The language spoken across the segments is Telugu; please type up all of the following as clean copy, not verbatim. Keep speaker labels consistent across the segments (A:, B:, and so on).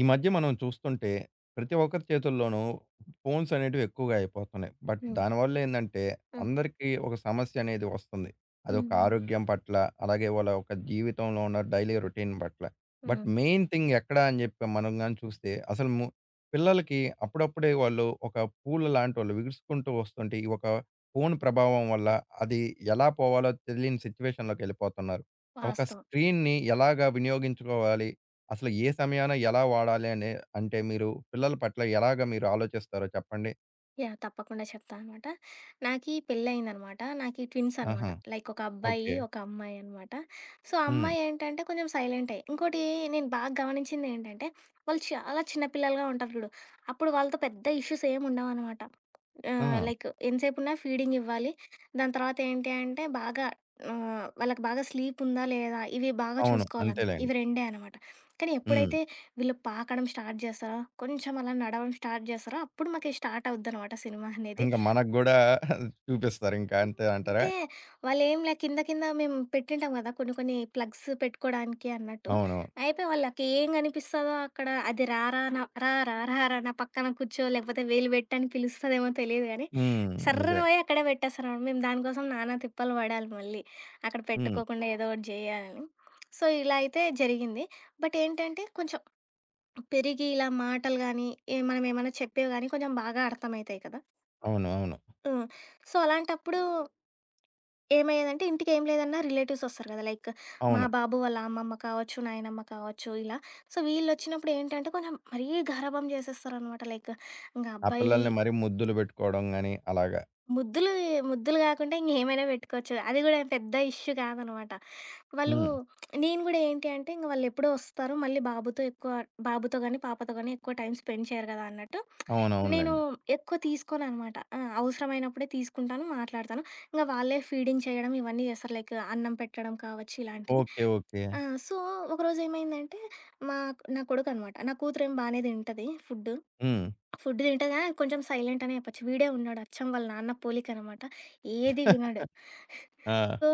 A: ఈ మధ్య మనం చూస్తుంటే ప్రతి ఒక్కరి చేతుల్లోనూ ఫోన్స్ అనేటివి ఎక్కువగా అయిపోతున్నాయి. బట్
B: హ్మ్.
A: దానివల్ల ఏందంటే
B: హ్మ్.
A: అందరికీ ఒక సమస్య అనేది వస్తుంది.
B: హ్మ్.
A: అదొక
B: హ్మ్.
A: ఆరోగ్యం పట్ల, అలాగే వాళ్ళ ఒక జీవితంలో ఉన్న డైలీ రొటీన్ పట్ల. But
B: hmm.
A: మెయిన్ థింగ్ ఎక్కడ అని చెప్పి మనం గాని చూస్తే అసలు పిల్లలకి అప్పుడప్పుడే వాళ్ళు ఒక పూల లాంటోళ్ళు విగుసుకుంటూ వస్తుంటే ఈ ఒక ఫోన్ ప్రభావం వల్ల అది ఎలా పోవాలో తెలియని సిట్యుయేషన్‌లోకెళ్ళిపోతున్నారు. ఒక
B: వాస్తవం.
A: స్క్రీన్‌ని ఎలాగా వినియోగించుకోవాలి? అసలు ఏ సమయాన ఎలా వాడాలి అనే అంటే మీరు పిల్లల పట్ల ఎలాగ మీరు ఆలోచిస్తారో చెప్పండి?
B: తప్పకుండా చెప్తా అనమాట. నాకీ పెళ్లయిందనమాట. నాకీ ట్విన్స్ అనమాట.
A: ఆహా!
B: లైక్ ఒక అబ్బాయి,
A: ఓకే.
B: ఒక అమ్మాయి అనమాట. సో, ఆ
A: హ్మ్.
B: అమ్మాయి ఏంటంటే కొంచెం సైలెంటే. ఇంకోటి నేను బాగా గమనించిందేంటంటే, వాళ్ళు చాలా చిన్న పిల్లలుగా ఉంటారు చూడు. అప్పుడు వాళ్ళతో పెద్ద ఇష్యూస్ ఏముండవనమాట.
A: ఆ!
B: లైక్ ఎంతసేపున్నా ఫీడింగ్ ఇవ్వాలి. దాని తర్వాత ఏంటి అంటే బాగా వాళ్ళకి బాగా స్లీప్ ఉందా లేదా? ఇవి బాగా
A: అవును.
B: చూసుకోవాలంతే. ఇవి
A: అంతేలేండి.
B: రెండే అనమాట. కానీ
A: హ్మ్.
B: ఎప్పుడైతే వీళ్ళు పాకడం స్టార్ట్ చేస్తారో, కొంచెం అలా నడవడం స్టార్ట్ చేస్తారో, అప్పుడు మాకి స్టార్ట్ అవుద్దనమాట సినిమా అనేది.
A: ఇంక మనకు గూడా చూపిస్తారు ఇంకా
B: హ్మ్.
A: అంతే అంటారా?
B: అంతే. వాళ్ళేంలే కింద కింద మేము పెట్టింటాం గదా! కొన్ని కొన్ని ప్లగ్స్ పెట్టుకోడానికి అన్నట్టు.
A: అవును.
B: అయితే వాళ్ళకి ఏం కనిపిస్తదో అక్కడ అది రా రా నా రా రా రా రా నా పక్కన కూర్చో లేకపోతే వేలు పెట్టు అని పిలుస్తదేమో తెలీదు గానీ,
A: హ్మ్.
B: సర్రున
A: నిజమే.
B: పోయి అక్కడే పెట్టేస్తారనమాట. మేము దానికోసం నానా తిప్పలు పడాలి మళ్ళీ. అక్కడ
A: హ్మ్.
B: పెట్టుకోకుండా ఏదో ఒకటి జేయాలని. సో, ఇలా అయితే జరిగింది. బట్ ఏంటంటే కొంచెం పెరిగి ఇలా మాటలు గానీ, మనమేమన్నా చెప్పేవి గానీ కొంచెం బాగా అర్థమయితాయి కదా!
A: అవును. అవును.
B: హ్మ్. సో, అలాంటప్పుడు ఏమయ్యేదంటే ఇంటికేం లేదన్నా రిలేటివ్స్ ఒస్తారు గదా! లైక్ మా
A: అవును.
B: బాబు వాళ్ళ అమ్మమ్మ కావచ్చు, నాయనమ్మ కావచ్చు ఇలా. సో, వీళ్ళొచ్చినప్పుడు ఏంటంటే కొంచెం మరీ గారాబం చేసేస్తారనమాట. లైక్ ఇంగ
A: ఆ
B: అబ్బాయి
A: పిల్లల్ని మరీ ముద్దులు పెట్టుకోవడం గాని అలాగా.
B: ముద్దులు ముద్దులు గాకుండా ఇంగేమైనా పెట్టుకోవచ్చు. అది గూడా పెద్ద ఇష్యూ కాదనమాట. వాళ్ళు
A: హ్మ్.
B: నేను గూడా ఏంటి అంటే, ఇంగ వాళ్ళెప్పుడో వస్తారు. మళ్ళీ బాబుతో ఎక్కువ బాబుతో గానీ, పాపతో గానీ ఎక్కువ టైం స్పెండ్ చేయరు గదా అన్నట్టు, నేను
A: అవునవునులెండి.
B: ఎక్కువ తీసుకోననమాట. ఆ! అవసరమైనప్పుడే తీసుకుంటాను, మాట్లాడతాను. ఇంగ వాళ్ళే ఫీడింగ్ చేయడం ఇవన్నీ చేస్తారు. లైక్ అన్నం పెట్టడం కావచ్చు, ఇలాంటివి.
A: ఓకే. ఓకే.
B: ఆ! సో, ఒకరోజేమైందంటే, మా నా కొడుకనమాట. నా కూతురేమో బానే తింటది ఫుడ్డు.
A: హ్మ్.
B: ఫుడ్ తింటది గానీ కొంచెం సైలెంట్ అనే చెప్పొచ్చు. వీడే ఉన్నాడు అచ్చం వాళ్ళ నాన్న పోలిక అనమాట. ఏది వినడు.
A: ఆ!
B: సో,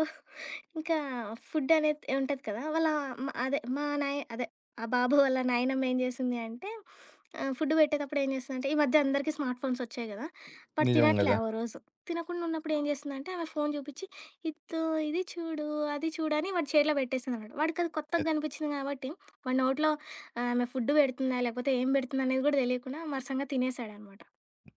B: ఇంకా ఫుడ్ అనేది ఉంటది కదా! వాళ్ళ మ అదే మా నాయ అదే ఆ బాబు వాళ్ళ నాయనమ్మ ఏం చేసింది అంటే ఫుడ్ పెట్టేటప్పుడు ఏం చేసిందంటే ఈ మధ్య అందరికీ స్మార్ట్ ఫోన్స్ వచ్చాయి కదా! బట్
A: నిజం
B: తినట్లే
A: గదా!
B: ఓ రోజు. తినకుండా ఉన్నప్పుడు ఏం చేసిందంటే ఆమె ఫోను చూపించి, "ఇద్దో ఇది చూడు, అది చూడు" అని వాడి చేతిలో పెట్టేసిందనమాట. వాడికి అది కొత్తగా కనిపించింది కాబట్టి వాడి నోట్లో ఆమె ఫుడ్ పెడుతుందా? లేకపోతే ఏం పెడుతుందా? అనేది కూడా తెలియకుండా మరసంగా తినేసాడనమాట.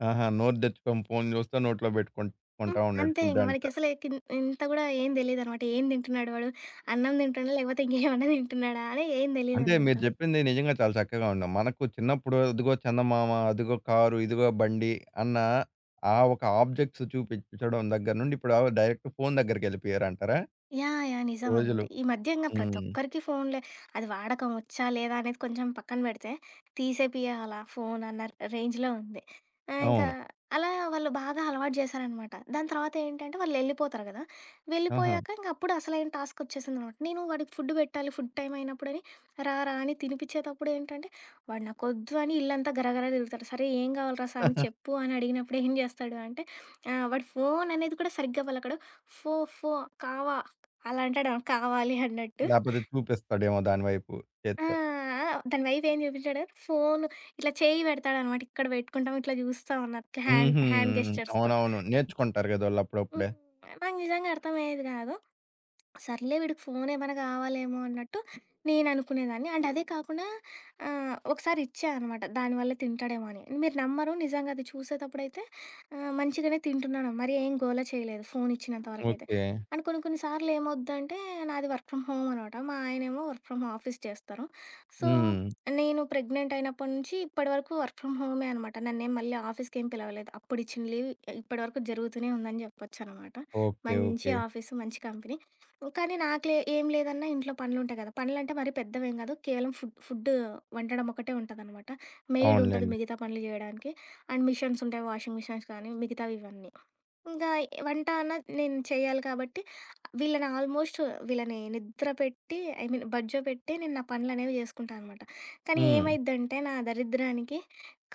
A: ఆహా! నోరు తెచ్చుకొని ఫోను చూస్తా నోట్లో పెట్టుకుంటా ఉన్నాడు
B: అంతే ఇంగ
A: ఫుడ్ అంతా.
B: మనకసలు ఇంత గూడా ఏం తెలీదనమాట. ఏం తింటున్నాడు వాడు? అన్నం తింటున్నాడా? లేకపోతే ఇంకేమన్నా తింటున్నాడా? అని ఏం
A: అంటే
B: తెలీదనమాట.
A: మీరు జెప్పింది నిజంగా చాలా చక్కగా ఉండం. మనకు చిన్నప్పుడు అదిగో చందమామ, అదిగో కారు, ఇదిగో బండి అన్న ఆ ఒక ఆబ్జెక్ట్స్ చూపించడం దగ్గర నుండి ఇప్పుడు ఆవ్ డైరెక్ట్ ఫోను దగ్గరికెళ్ళిపోయారంటారా?
B: యాహ్! యాహ్! నిజమనమాట.
A: రోజులు.
B: ఈ మధ్య ఇంగ ప్రతి
A: హ్మ్.
B: ఒక్కరికి ఫోన్లే. అది వాడకం వచ్చా, లేదా అనేది కొంచెం పక్కన పెడితే, తీసేపియాల ఫోన్ అన్న రేంజ్‌లో ఉంది. ఆహ్, ఇంకా
A: అవును.
B: అలా వాళ్ళు బాగా అలవాటు చేశారనమాట. దాని తర్వాత ఏంటంటే వాళ్ళెళ్ళిపోతారు కదా!
A: ఆహా!
B: వెళ్ళిపోయాక ఇంక అప్పుడు అసలైన టాస్క్ వచ్చేసిందనమాట. నేను వాడికి ఫుడ్ పెట్టాలి, ఫుడ్ టైమ్ అయినప్పుడని రా, రా అని తినిపిచ్చేటప్పుడు ఏంటంటే, వాడు నాకొద్దు అని ఇల్లంతా గరగరా తిరుగుతాడు. సరే ఏం కావాలిరా స్వామి చెప్పు అని అడిగినప్పుడు ఏం చేస్తాడు అంటే, వాడు ఫోన్ అనేది కూడా సరిగ్గా పలకడు. ఫో, ఫో, కావా అలా అంటాడనమాట కావాలి అన్నట్టు.
A: లేపోతే చూపిస్తాడేమో దాని వైపు
B: ఆ!
A: చేత్తో.
B: ఆ! దాని వైఫ్ ఏం చూపించాడు ఫోను ఇట్లా చేయి పెడతాడనమాట. ఇక్కడ పెట్టుకుంటాం, ఇట్లా చూస్తాం అన్నట్టు హ్యాండ్
A: హుహు.
B: హ్యాండ్ గెస్చర్స్‌తో.
A: అవునవును. నేర్చుకుంటారు గదా!
B: హ్మ్.
A: ఆళ్ళప్పుడప్పుడే.
B: నాకు నిజంగా అర్థమయ్యేది కాదు. సర్లే వీడికి ఫోన్ ఏమైనా కావాలేమో అన్నట్టు నేను అనుకునేదాన్ని. అండ్ అదే కాకుండా ఒకసారి ఇచ్చా అనమాట. దానివల్ల తింటాడేమో అని. మీరు నమ్మరు నిజంగా అది చూసేతప్పుడైతే మంచిగానే తింటున్నాడు. మరి ఏం గోల చేయలేదు ఫోన్ ఇచ్చినంత వరకైతే.
A: ఓకే.
B: అండ్ కొన్ని కొన్ని సార్లు ఏమవుద్దంటే నాది వర్క్ ఫ్రమ్ హోమ్ అనమాట. మా ఆయనేమో వర్క్ ఫ్రమ్ ఆఫీస్ చేస్తారు. సో,
A: హ్మ్.
B: నేను ప్రెగ్నెంట్ అయినప్పటి నుంచి ఇప్పటి వరకు వర్క్ ఫ్రమ్ హోమే అనమాట. నన్నేం మళ్ళీ ఆఫీస్‌కేం పిలవలేదు. అప్పుడిచ్చిన లీవ్ ఇప్పటి వరకు జరుగుతూనే ఉందని చెప్పొచ్చనమాట.
A: ఓకే.
B: మంచి
A: ఓకే.
B: ఆఫీసు, మంచి కంపెనీ. కానీ నాకు ఏం లేదన్నా ఇంట్లో పనులుంటాయి కదా! పనులంటే మరీ పెద్దవేం గాదు. కేవలం ఫుడ్ ఫుడ్ వండడం ఒకటే ఉంటదనమాట. మెయిడ్ ఉంటది
A: అవునులెండి.
B: మిగతా పనులు జేయడానికి. అండ్ మిషన్స్ ఉంటాయి. వాషింగ్ మిషన్స్ కానీ మిగతావి ఇవన్నీ. ఇంకా వంట అన్న నేను చేయాలి కాబట్టి వీళ్ళని ఆల్మోస్ట్ వీళ్ళని నిద్ర పెట్టి ఐ మీన్ బడ్జో పెట్టి నేను నా పనులు అనేవి చేసుకుంటాను అనమాట కానీ
A: హ్మ్.
B: ఏమైద్దంటే నా దరిద్రానికి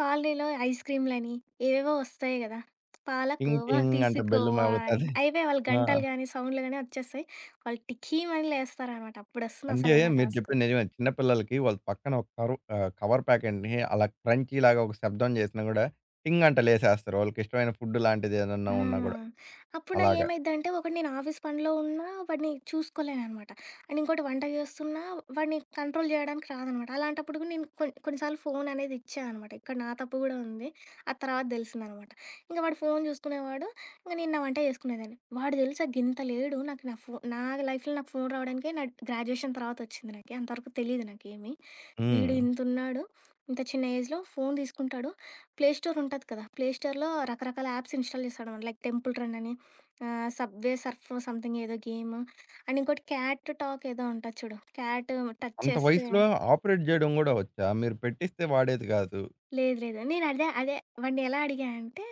B: కాలనీలో ఐస్ క్రీమ్లని ఏవేవో వస్తాయి కదా
A: టింగ్
B: పాలకోవా
A: టింగ్ అంటే బెల్
B: తీసుకోవా అని
A: మోగుతది.
B: అవే వాళ్ళ
A: ఆ!
B: గంటలు కానీ సౌండ్లు కానీ వచ్చేస్తాయి వాళ్ళు టిక్కీ మని లేస్తారనమాట అప్పుడు వస్తుంది
A: అంటే
B: అసలైన
A: మీరు
B: టాస్క్.
A: చెప్పింది నిజమే. చిన్న పిల్లలకి వాళ్ళు పక్కన ఒక ఆహ్, కవర్ ప్యాకెట్‌ని అలా క్రంచీలాగా ఒక శబ్దం చేసినా గూడా టింగ్ అంట లేసేస్తారు. వాళ్ళకి ఇష్టమైన ఫుడ్ లాంటిది
B: ఆ!
A: ఏదన్నా ఉన్నా గూడా.
B: అప్పుడు నా
A: అలాగా.
B: ఏమైద్దంటే ఒకటి నేను ఆఫీస్ పనిలో ఉన్నా వాడిని చూసుకోలేననమాట. అండ్ ఇంకోటి వంట చేస్తున్నా వాడిని కంట్రోల్ చేయడానికి రాదనమాట. అలాంటప్పుడు కూడా నేను కొన్ని కొన్ని సార్లు ఫోన్ అనేది ఇచ్చా అనమాట. ఇక్కడ నా తప్పు కూడా ఉంది. అది తర్వాత తెలిసిందనమాట. ఇంక వాడు ఫోన్ చూసుకునేవాడు. ఇంక నేను నా వంట చేసుకునేదాన్ని. వాడు తెలుసా గింత లేడు నాకు నా ఫో నా లైఫ్‌లో నాకు ఫోన్ రావడానికే నా గ్రాడ్యుయేషన్ తర్వాత వచ్చింది నాకి. అంతవరకు తెలీదు నాకేమి.
A: హ్మ్.
B: వీడు ఇంతున్నాడు. ఇంత చిన్న ఏజ్‌లో ఫోను తీసుకుంటాడు. ప్లే స్టోర్ ఉంటది కదా! ప్లే స్టోర్‌లో రకరకాల యాప్స్ ఇన్‌స్టాల్ చేస్తాడనమాట. లైక్ 'టెంపుల్ రన్' అని, 'సబ్వే సర్ఫ్' సంథింగ్ ఏదో గేము. అండ్ ఇంకోటి 'క్యాట్ టాక్' ఏదో ఉంటది చూడు. క్యాట్ టచ్
A: అంత
B: చేస్తే
A: వయసులో ఆపరేట్ జేయడం గూడా వచ్చా? మీరు పెట్టిస్తే వాడేది గాదు.
B: లేదు లేదు. నేను అదే అదే వాడిని ఎలా అడిగా అంటే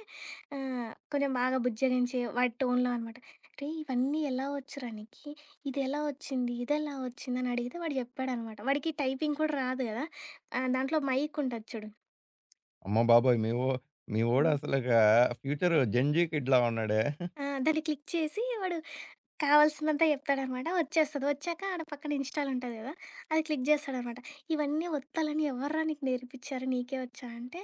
B: కొంచెం బాగా బుజ్జగించి వాడి టోన్‌లో అనమాట. "రేయ్! ఇవన్నీ ఎలా వచ్చురా నీకి? ఇదెలా వచ్చింది?" అని అడిగితే వాడు చెప్పాడనమాట. వాడికి టైపింగ్ కూడా రాదు కదా! దాంట్లో మైక్ ఉంటది చూడు.
A: అమ్మ బాబోయ్! మీ వోడు అసలగా ఫ్యూచర్ జెన్ జీ కిడ్‌లా ఉన్నాడే.
B: ఆ! దాన్ని క్లిక్ చేసి వాడు కావాల్సిందంతా చెప్తాడనమాట. వచ్చేస్తది. వచ్చాక ఆడ పక్కన ఇన్‌స్టాల్ ఉంటది గదా! అది క్లిక్ జేస్తాడనమాట. "ఇవన్నీ ఒత్తాలని ఎవర్రా నీకు నేర్పిచ్చారు? నీకే వచ్చా?" అంటే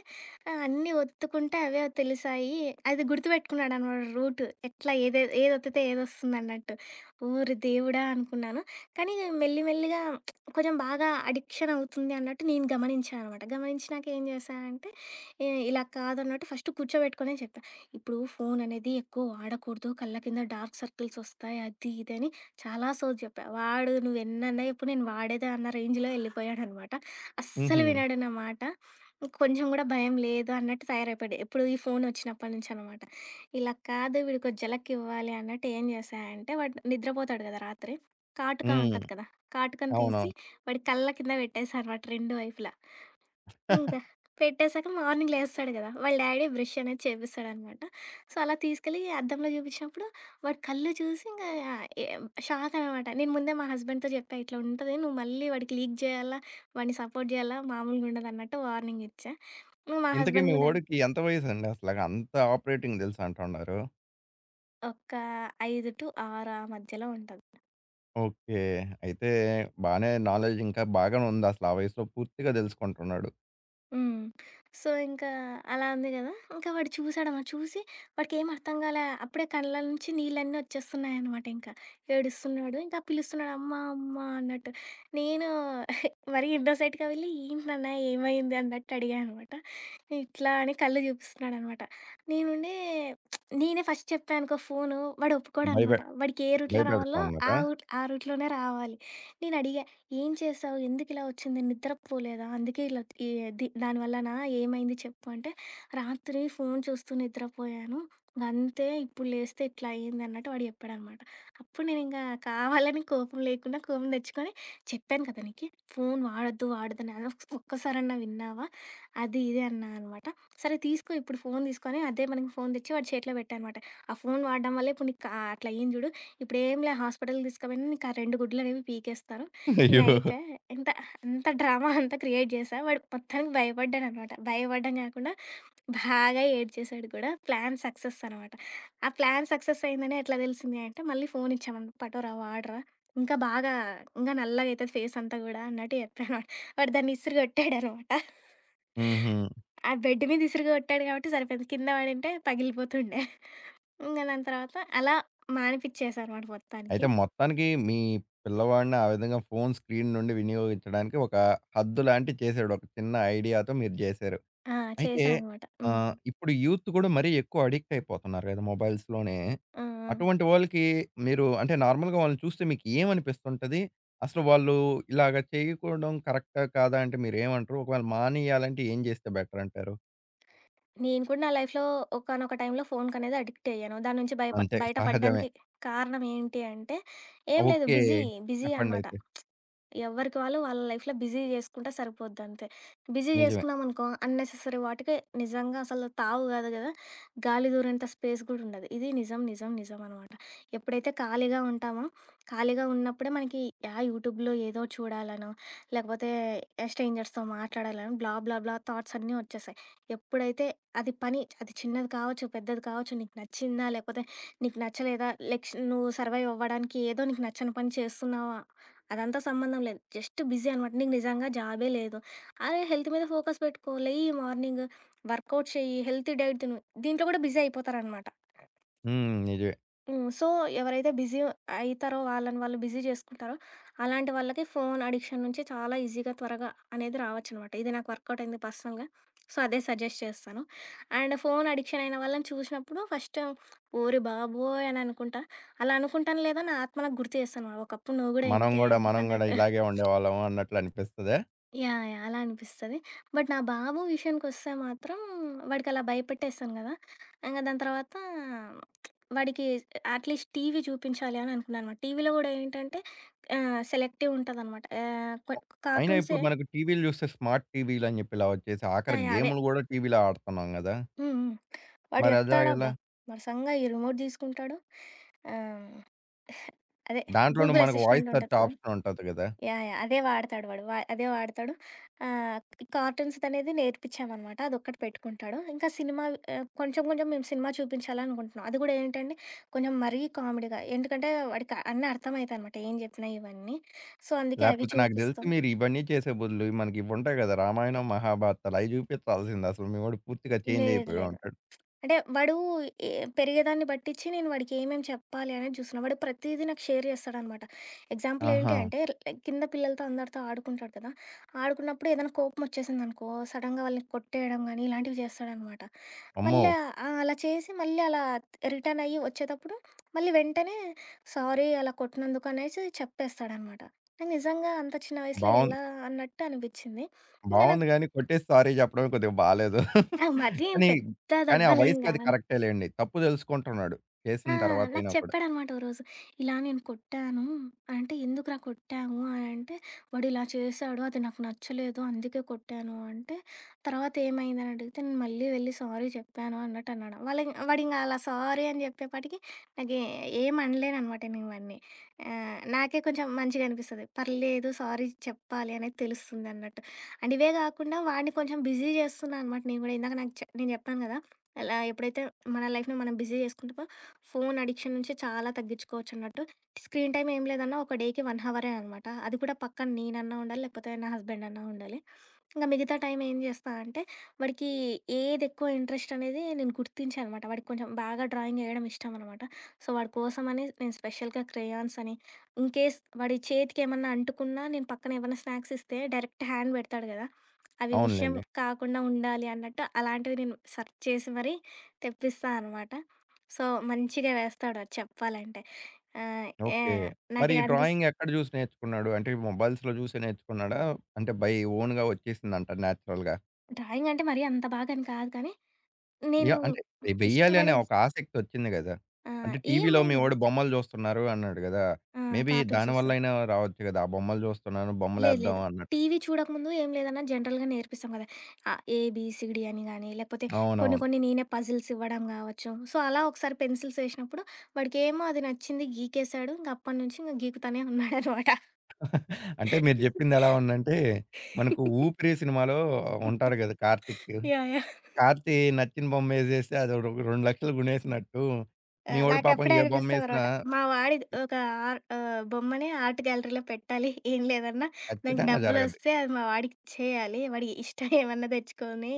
B: అన్నీ ఒత్తుకుంటే అవే తెలిసాయి. అది గుర్తుపెట్టుకున్నాడనమాట రూట్. ఎట్లా ఏదే ఏదొత్తితే ఏదొస్తుందన్నట్టు. ఓరి దేవుడా! అనుకున్నాను. కానీ మెల్లి మెల్లిగా కొంచెం బాగా అడిక్షన్ అవుతుంది అన్నట్టు నేను గమనించా అనమాట. గమనించినాక ఏం చేశా అంటే, ఇలా కాదన్నట్టు ఫస్ట్ కూర్చోబెట్టుకొనే చెప్పా. ఇప్పుడు ఫోన్ అనేది ఎక్కువ వాడకూడదు. కళ్ళ కింద డార్క్ సర్కిల్స్ వస్తాయి. అది ఇది అని చాలా సోది చెప్పా. వాడు నువ్వెన్నన్నా చెప్పు నేను వాడేదే అన్న రేంజ్‌లో ఎళ్ళిపోయాడనమాట. అస్సలు
A: హుహు.
B: వినడు నా మాట. కొంచెం గూడా భయం లేదు అన్నట్టు తయారైపోయాడు. ఎప్పుడు ఈ ఫోన్ వచ్చినప్పటి నుంచనమాట. ఇలా కాదు వీడికో జలకివ్వాలి అన్నట్టు ఏం చేశా అంటే వాడు నిద్రపోతాడు కదా రాత్రి. కాటుక
A: హ్మ్.
B: ఉంటది కదా! కాటుకని తీసి
A: అవునవును.
B: వాడి కళ్ళ కింద పెట్టేసా అనమాట రెండు వైపులా. హ్మ్. పెట్టేసాక మార్నింగ్ లేస్తాడు గదా! వాళ్ళ డ్యాడీ బ్రష్ అనేది చేపిస్తాడనమాట. సో, అలా తీసుకెళ్ళి అద్దంలో చూపించినప్పుడు వాడి కళ్ళు చూసి ఇంగా ఎ షాక్ అనమాట. నేను ముందే మా హస్బెండ్‌తో చెప్పా, "ఇట్లా ఉంటది. నువ్వు మళ్ళీ వాడికి లీక్ జేయాలా, వాడిని సపోర్ట్ జేయాలా మామూలుగా ఉండదన్నట్టు" వార్నింగ్ ఇచ్చా. ఇంకా మా
A: ఇంతకీ
B: హస్బెండ్
A: మీ
B: గూడా
A: వోడికి ఎంత వయసండి అసలగా? అంత ఆపరేటింగ్ తెలుసంటున్నారు?
B: ఒక 5-6 ఆ మధ్యలో ఉంటది.
A: ఓకే. అయితే బానే నాలెడ్జ్ ఇంకా బాగానే ఉందసల. ఆ వయసులో పూర్తిగా తెలుసుకుంటున్నాడు.
B: హ్మ్. సో, ఇంకా అలా ఉంది గదా! ఇంకా వాడు చూసాడనమాట. చూసి వాడికేం అర్థం గాలే. అప్పుడే కళ్ళ నుంచి నీళ్ళన్నీ వచ్చేస్తున్నాయనమాట ఇంకా. ఏడుస్తున్నాడు. ఇంకా పిలుస్తున్నాడు అమ్మా! అమ్మా! అన్నట్టు. నేను మరీ ఇన్నోసెంట్‌గా వెళ్ళి ఏంటి నాన్న ఏమైంది అన్నట్టు అడిగా అనమాట. ఇట్లా అని కళ్ళు చూపిస్తున్నాడనమాట. నేనుండి నేనే ఫస్ట్ చెప్పా అనుకో ఫోను వాడు
A: భయపె
B: ఒప్పుకోడనమాట. వాడికి ఏ రూట్‌లో
A: భయపెడతా
B: రావాలో
A: ఉన్నారా?
B: ఆ రూట్‌లోనే రావాలి. నేనడిగా ఏం చేసావు? ఎందుకిలా వచ్చింది? నిద్రపోలేదా? అందుకే ఇలా ఈ ది దానివల్లనా? ఏమైంది చెప్పు అంటే, రాత్రి ఫోను చూస్తూ నిద్రపోయాను. అంతే ఇప్పుడు లేస్తే ఇట్లా అయిందన్నట్టు వాడు చెప్పాడనమాట. అప్పుడు నేనింకా కావాలని కోపం లేకుండా, కోపం తెచ్చుకొని చెప్పాను కదా నీకి, ఫోను వాడొద్దు, వాడొద్దని. ఒక్కసారన్నా విన్నావా? అది, ఇది అన్నా అనమాట. సరే తీసుకో ఇప్పుడు ఫోను తీసుకొని, అదే మనకి ఫోను తెచ్చి వాడి చేతిలో పెట్టా అనమాట. ఆ ఫోను వాడడం వల్ల ఇప్పుడు నీకు అట్లయింది చూడు, ఇప్పుడేం లే హాస్పిటల్‌కి తీసుకుపోయినా నీకా 2 గుడ్లనేవి పీకేస్తారు.
A: అయ్యో!
B: ఇంగయిపోయా. ఎంత అంత డ్రామా అంతా క్రియేట్ జేశా. వాడు మొత్తానికి భయపడ్డాడనమాట. భయపడడం గాకుండా బాగా ఏడ్చేశాడు కూడా. ప్లాన్ సక్సెస్ అనమాట. ఆ ప్లాన్ సక్సెస్ అయిందని ఎట్లా తెలిసింది అంటే, మళ్ళీ ఫోన్ ఇచ్చామనమాట. "పట్టురా, వాడరా. ఇంకా బాగా ఇంగా నల్లగయితది ఫేస్ అంతా గూడా" అన్నట్టు చెప్పానమాట. వాడు దాన్ని ఇసిరి గొట్టాడనమాట.
A: హుహు.
B: ఆ బెడ్ మీద ఇసిరి గొట్టాడు కాబట్టి సరిపోయింది. కింద పడింటే పగిలిపోతుండే. ఇంగ దాని తర్వాత అలా మానిపిచ్చేశా అనమాట మొత్తానికి.
A: అయితే మొత్తానికి మీ పిల్లవాడిని ఆ విధంగా ఫోను స్క్రీన్ నుండి వినియోగించడానికి ఒక హద్దులాంటివి చేశాడు. ఒక చిన్న ఐడియాతో మీరు జేశారు.
B: ఆ!
A: అయితే
B: చేశా అనమాట.
A: ఆహ్, ఇప్పుడు యూత్ గూడా మరీ ఎక్కువ అడిక్ట్ అయిపోతున్నారు గదా! మొబైల్స్‌లోనే.
B: ఆ! ఆ!
A: అటువంటి వాళ్ళకి మీరు అంటే నార్మల్‌గా వాళ్ళని చూస్తే మీకు ఏమనిపిస్తుంటది? అసలు వాళ్ళు ఇలాగ చేయకూడడం కరెక్టా? కాదా? అంటే మీరేమంటారు? ఒకవేళ మానేయాలంటే ఏం చేస్తే బెటర్ అంటారు?
B: నేను కూడా నా లైఫ్‌లో ఒకానొక టైంలో ఫోనుకనేది అడిక్ట్ అయ్యాను. దాని నుంచి
A: అంతే
B: బయట
A: సహజమే.
B: పడ్డానికి కారణం ఏంటి అంటే, ఏం లేదు
A: ఓకే.
B: బిజీ, బిజీ అనమాట.
A: చెప్పండయితే.
B: ఎవరికి వాళ్ళు వాళ్ళ లైఫ్‌లో బిజీ జేసుకుంటే సరిపోద్దంతే. బిజీ
A: నిజమే.
B: జేసుకున్నామనుకో అన్నెసెసరీ వాటికి నిజంగా అసలు తావు గాదు గదా! గాలి దూరేంత స్పేస్ గూడా ఉండదు. ఇది నిజం, నిజం, నిజం అనమాట. ఎప్పుడైతే ఖాళీగా ఉంటామో, ఖాళీగా ఉన్నప్పుడే మనకి యూట్యూబ్‌లో ఏదో చూడాలనో, లేకపోతే స్ట్రేంజర్స్‌తో మాట్లాడాలనో బ్లా బ్లా బ్లా థాట్స్ అన్నీ వచ్చేస్తాయి. ఎప్పుడైతే అది చిన్నది కావచ్చు, పెద్దది కావచ్చు, నీకు నచ్చిందా లేకపోతే నీకు నచ్చలేదా, లైక్ నువ్వు సర్వైవ్ అవ్వడానికి ఏదో నీకు నచ్చని పని చేస్తున్నావా అదంతా సంబంధం లేదు. జస్ట్ బిజీ అనమాట. నీకు నిజంగా జాబే లేదు. అదే హెల్త్ మీద ఫోకస్ పెట్టుకో. లెయ్యి మార్నింగ్, వర్కౌట్ చెయ్యి, హెల్తీ డైట్ తిను. దీంట్లో కూడా బిజీ అయిపోతారనమాట.
A: హ్మ్. నిజమే.
B: సో, ఎవరైతే బిజీ అయితారో వాళ్ళని వాళ్ళు బిజీ చేసుకుంటారో, అలాంటి వాళ్ళకి ఫోను అడిక్షన్ నుంచి చాలా ఈజీగా త్వరగా అనేది రావచ్చనమాట. ఇది నాకు వర్కౌట్ అయింది పర్సనల్‌గా. సో, అదే సజెస్ట్ చేస్తాను. అండ్ ఫోను అడిక్షన్ అయిన వాళ్ళని చూసినప్పుడు ఫస్ట్ ఓరి బాబోయ్! అని అనుకుంటా. అలా అనుకుంటాను లేదా నా ఆత్మ నాకు గుర్తు చేస్తదనమాట. ఒకప్పుడు నువ్వు కూడా
A: మనం
B: ఇంతే
A: గూడా, మనం గూడా
B: అన్నట్టు.
A: ఇలాగే ఉండేవాళ్ళము అన్నట్లు అనిపిస్తదా?
B: యాహ్! యాహ్! అలా అనిపిస్తది. బట్ నా బాబు విషయానికొస్తే మాత్రం వాడికి అలా భయపెట్టేసాను గదా! ఇంగా దాని తర్వాత వాడికి అట్‌లీస్ట్ టీవీ చూపించాలి అని అనుకున్నాననమాట. టీవీలో గూడా ఏంటంటే సెలెక్టివ్ ఉంటదనమాట. ఆహ్, కొ
A: అయినా
B: కార్టూన్సే.
A: ఇప్పుడు మనకు టీవీలు జూస్తే స్మార్ట్ టీవీలని జెప్పి ఇలా వచ్చేసి ఆఖరి
B: యాహ్! యాహ్! అవే.
A: గేములు గూడా టీవీలో ఆడుతున్నాం గదా!
B: హ్మ్. హ్మ్. వాడు
A: మరి అలా ఎలా?
B: చెప్తాడబ్బా! వరసంగా ఈ రిమోట్ తీసుకుంటాడు. ఆహ్, అదే
A: దాంట్లోనూ
B: గూగుల్
A: మనకు
B: అసిస్టెంట్
A: వాయిస్
B: ఉంటది
A: సెర్చ్
B: కదా!
A: ఆప్షన్ ఉంటది గదా!
B: యాహ్! యాహ్! అదే వాడతాడు వాడు. వ అదే వాడతాడు. ఆహ్, కార్టూన్స్‌దనేది నేర్పించామనమాట. అదొక్కటి పెట్టుకుంటాడు. ఇంకా సినిమా కొంచెం కొంచెం మేము సినిమా చూపించాలనుకుంటున్నాం. అది గూడా ఏంటంటే, కొంచెం మరీ కామెడీగా. ఎందుకంటే, వాడికి అన్నీ అర్థమయితాయనమాట. ఏం జెప్పినా ఇవన్నీ. సో, అందుకే అవి
A: లేపోతే నాకు దెలిసి
B: చూపిస్తాం.
A: మీరు ఇవన్నీ చేసే బదులు మనకివుంటాయి గదా! రామాయణం, మహాభారతాలు అయి జూపించాల్సింది అసలు. మీ వోడు పూర్తిగా చేంజ్
B: లేదు
A: అయిపోయి
B: లేదు.
A: ఉంటాడు.
B: అంటే వాడు ఏ పెరిగేదాన్ని బట్టిచ్చి నేను వాడికి ఏమేమి చెప్పాలి అనేది చూస్తున్నా. వాడు ప్రతీదీ నాకు షేర్ చేస్తాడనమాట. ఎగ్జాంపుల్ ఏంటి
A: ఆహా!
B: అంటే లైక్ కింద పిల్లలతో అందరితో ఆడుకుంటాడు కదా! ఆడుకున్నప్పుడు ఏదైనా కోపమొచ్చేసిందనుకో సడెన్‌గా వాళ్ళని కొట్టేయడం గానీ ఇలాంటివి చేస్తాడనమాట.
A: అమ్మో!
B: మళ్ళా అలా చేసి మళ్ళీ అలా రిటర్న్ అయ్యి వచ్చేటప్పుడు మళ్ళీ వెంటనే సారీ అలా కొట్టినందుకు అనేసి చెప్పేస్తాడనమాట. నాకు నిజంగా అంత చిన్న వయసులో
A: బావుంది.
B: ఎలా అన్నట్టు అనిపిచ్చింది. ఇంక నాకు
A: బావుంది గానీ కొట్టేసి సారీ జెప్పడమే కొద్దిగా బాలేదు.
B: ఆ మరీ
A: కానీ,
B: పెద్ద
A: కానీ ఆ
B: దెబ్బలేం
A: వయసుకి అది
B: కాదు.
A: కరెక్టే లెండి. తప్పు దెలుసుకుంటున్నాడు.
B: ఆ!
A: చేసిన
B: నాకు
A: తర్వాతైనా కూడా.
B: చెప్పాడనమాట ఓరోజు. ఇలా నేను కొట్టాను. అంటే, "ఎందుకురా కొట్టావు?" అని అంటే, "వాడు ఇలా చేశాడు. అది నాకు నచ్చలేదు. అందుకే కొట్టాను" అంటే, "తర్వాత ఏమైంది?" అని అడిగితే, "నేను మళ్ళీ వెళ్ళి సారీ చెప్పాను" అన్నట్టు అన్నాడు. వాడింకా అలా సారీ అని చెప్పేపాటికి నాకే ఏం అనలేననమాట నేను వాడిని. నాకే కొంచెం మంచిగా అనిపిస్తది. పర్లేదు సారీ చెప్పాలి అనేది తెలుస్తుందన్నట్టు. అండ్ ఇవే కాకుండా వాడిని కొంచెం బిజీ చేస్తున్నా అనమాట నేను గూడా. ఇందాక నాకు నేను చెప్పాను గదా! అలా ఎప్పుడైతే మన లైఫ్‌ని మనం బిజీ చేసుకుంటామో ఫోను అడిక్షన్ నుంచి చాలా తగ్గించుకోవచ్చన్నట్టు. స్క్రీన్ టైమ్ ఏం లేదన్నా ఒక డేకి 1 హవరే అనమాట. అది కూడా పక్కా నేనన్నా ఉండాలి, లేకపోతే నా హస్బెండ్ అన్నా ఉండాలి. ఇంక మిగతా టైం ఏం చేస్తా అంటే, వాడికి ఏదెక్కువ ఇంట్రెస్ట్ అనేది నేను గుర్తించా అనమాట. వాడికి కొంచెం బాగా డ్రాయింగ్ ఏయడం ఇష్టం అనమాట. సో, వాడి కోసమని నేను స్పెషల్‌గా క్రేయాన్స్ అని, ఇన్‌కేస్ వాడి చేతికేమన్నా అంటుకున్నా నేను పక్కన ఏమన్నా స్నాక్స్ ఇస్తే డైరెక్ట్ హ్యాండ్ పెడతాడు కదా! అవి విషయం
A: అవునులెండి.
B: కాకుండా ఉండాలి అన్నట్టు అలాంటివి నేను సెర్చ్ చేసి మరీ తెప్పిస్తా అనమాట. సో, మంచిగా వేస్తాడు అది చెప్పాలంటే. ఆహ్, ఏ
A: ఓకే. మరి
B: నాకు
A: ఈ
B: అనిపిస్
A: డ్రాయింగ్ ఎక్కడ జూసి నేర్చుకున్నాడు? అంటే మొబైల్స్‌లో జూసి నేర్చుకున్నాడా? అంటే బై ఓన్‌గా వచ్చేసిందంటారా నేచురల్‌గా?
B: డ్రాయింగ్ అంటే మరీ అంత బాగని కాదు కానీ, నేను
A: యాహ్! అంటే వెయ్యాలి అనే
B: ఇష్టపడే
A: ఒక ఆసక్తొచ్చింది గదా! అంటే
B: ఏం
A: టీవీలో మీ
B: లేదు.
A: వోడు బొమ్మలు జూస్తున్నారు అన్నాడు గదా!
B: ఆ!
A: మేబీ
B: కార్టూన్స్ చూస్తాను.
A: దానివల్లయినా రావచ్చు గదా! ఆ బొమ్మలు జూస్తున్నాను
B: లేదు,
A: బొమ్మలేద్దాం
B: లేదు.
A: అన్నట్టు.
B: టీవీ చూడకముందు ఏం లేదన్నా జనరల్‌గా నేర్పిస్తాం కదా! ఏబీసీడీ అని గాని, లేకపోతే కొన్ని
A: అవునవును.
B: కొన్ని నేనే పజిల్స్ ఇవ్వడం కావచ్చు. సో, అలా ఒకసారి పెన్సిల్స్ ఏసినప్పుడు వాడికేమో అది నచ్చింది గీకేశాడు. ఇంక అప్పటినుంచి ఇంక గీకుతానే ఉన్నాడనమాట.
A: అంటే మీరు జెప్పింది ఎలా ఉందంటే, మనకు 'ఊపిరి' సినిమాలో ఉంటాడు గదా! కార్తీక్.
B: యాహ్! యాహ్!
A: కార్తీ నచ్చిన బొమ్మేసేస్తే అది రొ 2,00,000 గునేసినట్టు,
B: ఆ!
A: మీ వోడు పాపం
B: నాకప్పుడే
A: ఏ బొమ్మేసినా
B: అనిపిస్తదనమాట. మా వాడి ఒక బొమ్మని ఆర్ట్ గ్యాలరీలో పెట్టాలి. ఏం లేదన్నా దానికి
A: ఖచ్చితంగా జరగద్ది.
B: డబ్బులొస్తే అది మా వాడికిచ్చేయాలి. వాడి ఇష్టం ఏమన్నా తెచ్చుకొని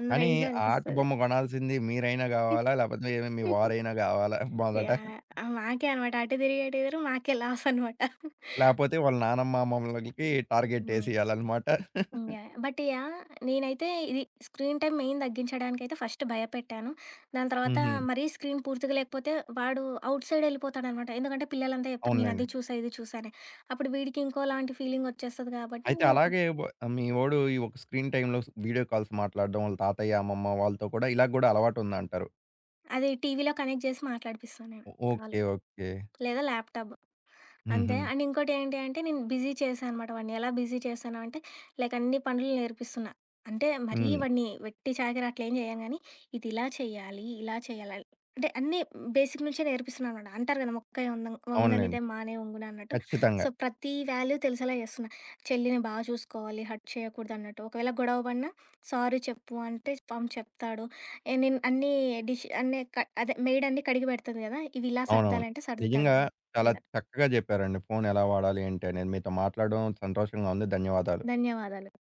B: అన్న
A: కానీ
B: రేంజ్‌లో
A: ఆ ఆర్ట్
B: అనిపిస్తది.
A: బొమ్మ గొనాల్సింది మీరైనా గావాలా? లేపోతే మీ వారైనా గావాలా మొదట?
B: యాహ్! యాహ్! మాకే అనమాట. అటు తిరిగి, ఇటు తిరిగి మాకే లాస్ అనమాట.
A: లేపోతే వాళ్ళ నానమ్మ, అమ్మమ్మలకి టార్గెట్
B: హ్మ్.
A: ఏసియాలన్నమాట.
B: హ్మ్. యాహ్! But yeah! నేనైతే ఇది స్క్రీన్ టైమ్ మెయిన్ తగ్గించడానికైతే ఫస్ట్ భయపెట్టాను. దాని తర్వాత
A: హుహు.
B: మరీ స్క్రీన్ పూర్తిగా లేకపోతే వాడు ఔట్ సైడ్ ఎళ్ళిపోతాడనమాట. ఎందుకంటే పిల్లలంతా చెప్తారు నేను
A: అవునులెండి.
B: అది చూసా, ఇది చూసా అని. అప్పుడు వీడికి ఇంకోలాంటి ఫీలింగ్ వచ్చేస్తది కాబట్టి
A: అయితే
B: నేను
A: అలాగే వ మీ వోడు ఈ ఒక స్క్రీన్ టైమ్‌లో వీడియో కాల్స్ మాట్లాడడం, వాళ్ళ తాతయ్య, అమ్మమ్మ వాళ్ళతో కూడా ఇలా గూడా అలవాటుందంటారు.
B: అది టీవీలో కనెక్ట్ చేసి మాట్లాడిపిస్తాను నేను కాల్.
A: ఓకే. ఓకే.
B: లేదా ల్యాప్‌టాప్. అంతే.
A: హుహు.
B: అండ్ ఇంకోటేంటి అంటే నేను బిజీ చేశా అనమాట వాడిని. ఎలా బిజీ చేశాను అంటే, లైక్ అన్ని పనులు నేర్పిస్తున్నా. అంటే మరీ
A: హ్మ్.
B: వాడిని వెట్టి చాకిరి అట్లేం చేయను గానీ, ఇదిలా చెయ్యాలి, ఇలా చేయాలని అంటే అన్నీ బేసిక్ నుంచే నేర్పిస్తున్నా అనమాట. అంటారు కదా! "మొక్కే
A: అవునులెండి.
B: వంగనిదే మానే వంగున" అన్నట్టు. సో,
A: ఖచ్చితంగా.
B: ప్రతి వాల్యూ తెలిసేలా చేస్తున్నా. చెల్లిని చూసుకోవాలి, హర్ట్ చేయకూడదన్నట్టు. ఒకవేళ గొడవ పడినా, సారీ చెప్పు అంటే పాపం చెప్తాడు. ఏ నేను అన్నీ డిష్ అన్నీ క అదే మెయిడన్నీ కడిగి పెడుతది కదా! ఇవి ఇలా
A: అవునవును.
B: సర్దాలంటే
A: నిజంగా
B: సర్దుతాడనమాట.
A: చాలా
B: ఇలా.
A: చక్కగా జెప్పారండి. ఫోన్ ఎలా వాడాలి, ఏంటి అనేది. మీతో మాట్లాడడం సంతోషంగా ఉంది. ధన్యవాదాలు.
B: ధన్యవాదాలు.